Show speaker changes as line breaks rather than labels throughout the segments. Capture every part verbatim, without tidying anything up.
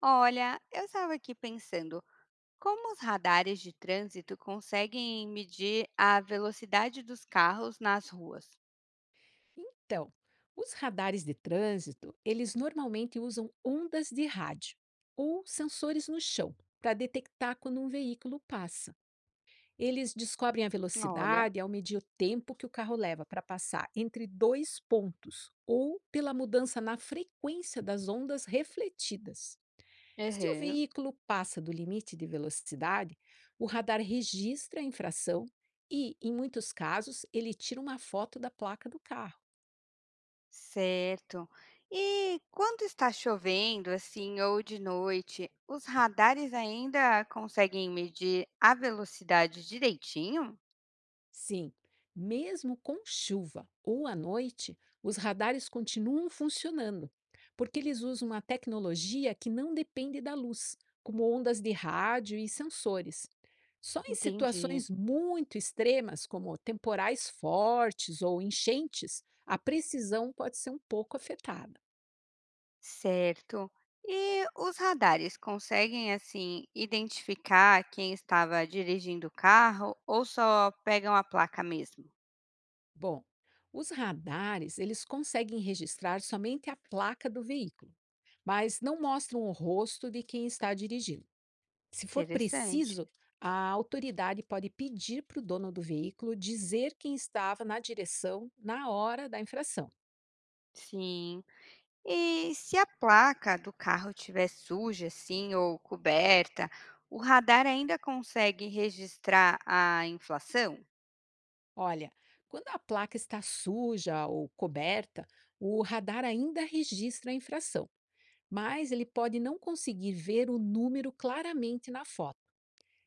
Olha, eu estava aqui pensando, como os radares de trânsito conseguem medir a velocidade dos carros nas ruas?
Então, os radares de trânsito, eles normalmente usam ondas de rádio ou sensores no chão para detectar quando um veículo passa. Eles descobrem a
Olha.
velocidade ao medir o tempo que o carro leva para passar entre dois pontos ou pela mudança na frequência das ondas refletidas. Se o
Uhum.
veículo passa do limite de velocidade, o radar registra a infração e, em muitos casos, ele tira uma foto da placa do carro.
Certo. E quando está chovendo, assim, ou de noite, os radares ainda conseguem medir a velocidade direitinho?
Sim, mesmo com chuva ou à noite, os radares continuam funcionando, porque eles usam uma tecnologia que não depende da luz, como ondas de rádio e sensores. Só em
Entendi.
situações muito extremas, como temporais fortes ou enchentes, a precisão pode ser um pouco afetada.
Certo. E os radares conseguem, assim, identificar quem estava dirigindo o carro ou só pegam a placa mesmo?
Bom, os radares, eles conseguem registrar somente a placa do veículo, mas não mostram o rosto de quem está dirigindo. Se for
Interessante.
preciso, a autoridade pode pedir para o dono do veículo dizer quem estava na direção na hora da infração.
Sim. E se a placa do carro estiver suja, assim, ou coberta, o radar ainda consegue registrar a inflação?
Olha, quando a placa está suja ou coberta, o radar ainda registra a infração, mas ele pode não conseguir ver o número claramente na foto.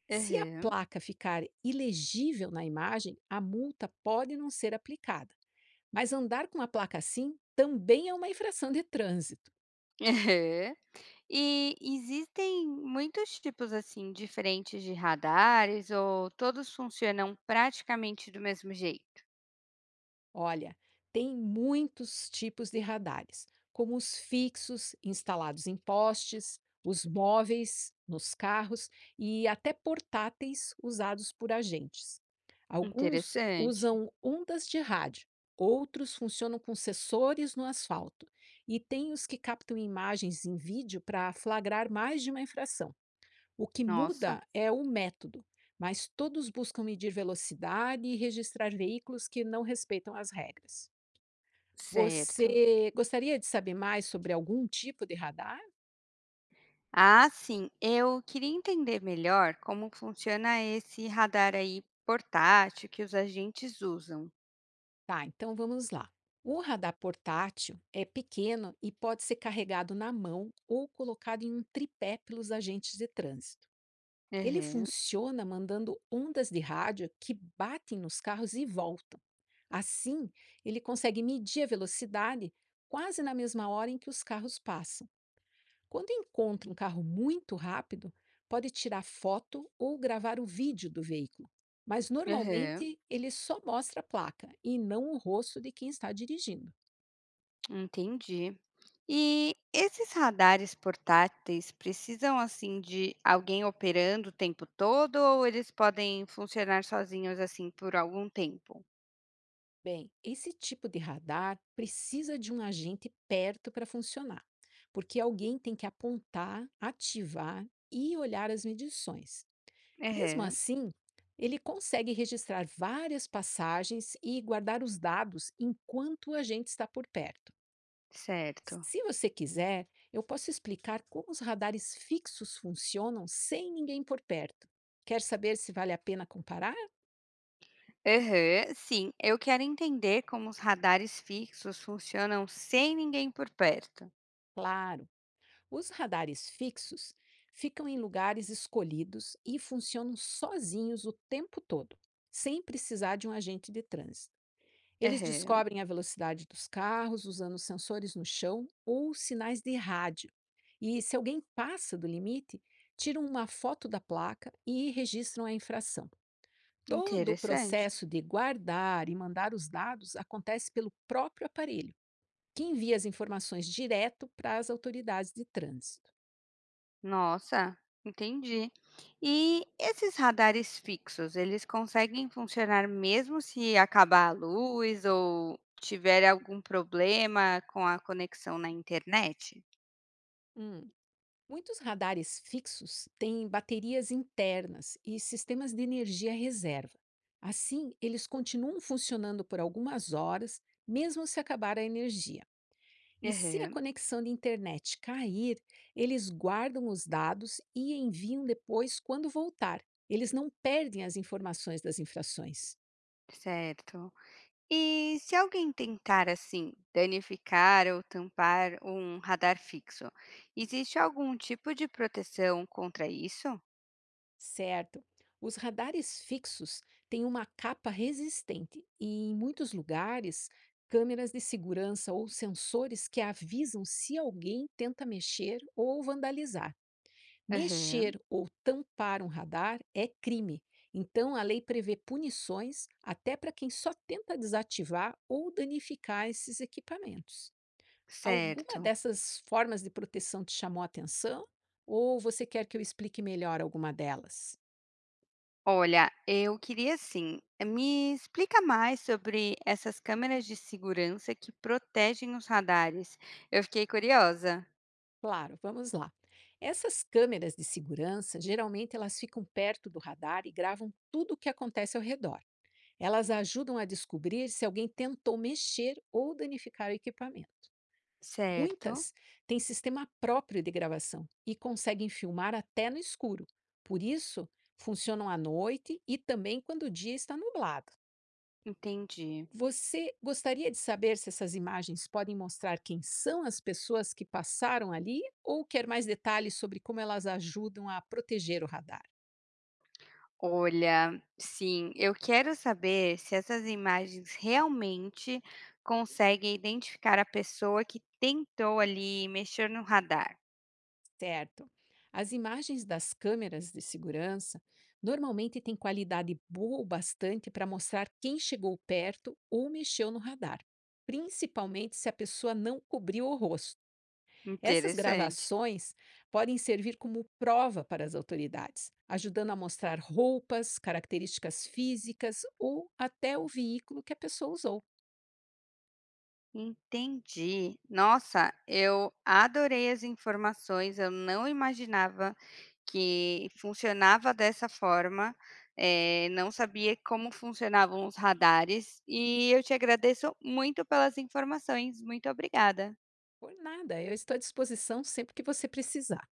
Se a
Uhum.
placa ficar ilegível na imagem, a multa pode não ser aplicada. Mas andar com a placa assim também é uma infração de trânsito.
E existem muitos tipos assim diferentes de radares ou todos funcionam praticamente do mesmo jeito?
Olha, tem muitos tipos de radares, como os fixos instalados em postes, os móveis nos carros e até portáteis usados por agentes. Alguns
Interessante.
usam ondas de rádio, outros funcionam com sensores no asfalto, e tem os que captam imagens em vídeo para flagrar mais de uma infração. O que
Nossa,
muda é o método, mas todos buscam medir velocidade e registrar veículos que não respeitam as regras.
certo.
Você gostaria de saber mais sobre algum tipo de radar?
Ah, sim, eu queria entender melhor como funciona esse radar aí portátil que os agentes usam.
Tá, então vamos lá. O radar portátil é pequeno e pode ser carregado na mão ou colocado em um tripé pelos agentes de trânsito. Ele
Aham,
funciona mandando ondas de rádio que batem nos carros e voltam. Assim, ele consegue medir a velocidade quase na mesma hora em que os carros passam. Quando encontra um carro muito rápido, pode tirar foto ou gravar o vídeo do veículo, mas
aham,
normalmente ele só mostra a placa e não o rosto de quem está dirigindo.
entendi. E esses radares portáteis precisam assim de alguém operando o tempo todo ou eles podem funcionar sozinhos assim por algum tempo?
Bem, esse tipo de radar precisa de um agente perto para funcionar, porque alguém tem que apontar, ativar e olhar as medições. Mesmo
Aham,
assim, ele consegue registrar várias passagens e guardar os dados enquanto o agente está por perto.
certo.
Se você quiser, eu posso explicar como os radares fixos funcionam sem ninguém por perto. Quer saber se vale a pena comparar?
Aham, sim. Eu quero entender como os radares fixos funcionam sem ninguém por perto.
Claro! Os radares fixos ficam em lugares escolhidos e funcionam sozinhos o tempo todo, sem precisar de um agente de trânsito. Eles
Aham,
descobrem a velocidade dos carros usando sensores no chão ou sinais de rádio. E se alguém passa do limite, tiram uma foto da placa e registram a infração. Todo o
interessante.
processo de guardar e mandar os dados acontece pelo próprio aparelho, que envia as informações direto para as autoridades de trânsito.
Nossa, entendi. E esses radares fixos, eles conseguem funcionar mesmo se acabar a luz ou tiver algum problema com a conexão na internet?
Hum. Muitos radares fixos têm baterias internas e sistemas de energia reserva. Assim, eles continuam funcionando por algumas horas, mesmo se acabar a energia. E se a
Aham,
conexão de internet cair, eles guardam os dados e enviam depois quando voltar. Eles não perdem as informações das infrações.
certo. E se alguém tentar, assim, danificar ou tampar um radar fixo, existe algum tipo de proteção contra isso?
Certo. Os radares fixos têm uma capa resistente e, em muitos lugares, câmeras de segurança ou sensores que avisam se alguém tenta mexer ou vandalizar.
Aham,
Mexer ou tampar um radar é crime, então a lei prevê punições até para quem só tenta desativar ou danificar esses equipamentos. Alguma
certo.
dessas formas de proteção te chamou a atenção? Ou você quer que eu explique melhor alguma delas?
Olha, eu queria assim, me explica mais sobre essas câmeras de segurança que protegem os radares. Eu fiquei curiosa.
Claro, vamos lá. Essas câmeras de segurança, geralmente elas ficam perto do radar e gravam tudo o que acontece ao redor. Elas ajudam a descobrir se alguém tentou mexer ou danificar o equipamento.
Certo,
Muitas têm sistema próprio de gravação e conseguem filmar até no escuro. Por isso, funcionam à noite e também quando o dia está nublado.
entendi.
Você gostaria de saber se essas imagens podem mostrar quem são as pessoas que passaram ali ou quer mais detalhes sobre como elas ajudam a proteger o radar?
Olha, sim, eu quero saber se essas imagens realmente conseguem identificar a pessoa que tentou ali mexer no radar.
Certo. As imagens das câmeras de segurança normalmente têm qualidade boa o bastante para mostrar quem chegou perto ou mexeu no radar, principalmente se a pessoa não cobriu o rosto. Essas
Interessante.
gravações podem servir como prova para as autoridades, ajudando a mostrar roupas, características físicas ou até o veículo que a pessoa usou.
Entendi. Nossa, eu adorei as informações, eu não imaginava que funcionava dessa forma, eh, não sabia como funcionavam os radares, e eu te agradeço muito pelas informações. Muito obrigada.
Por nada, eu estou à disposição sempre que você precisar.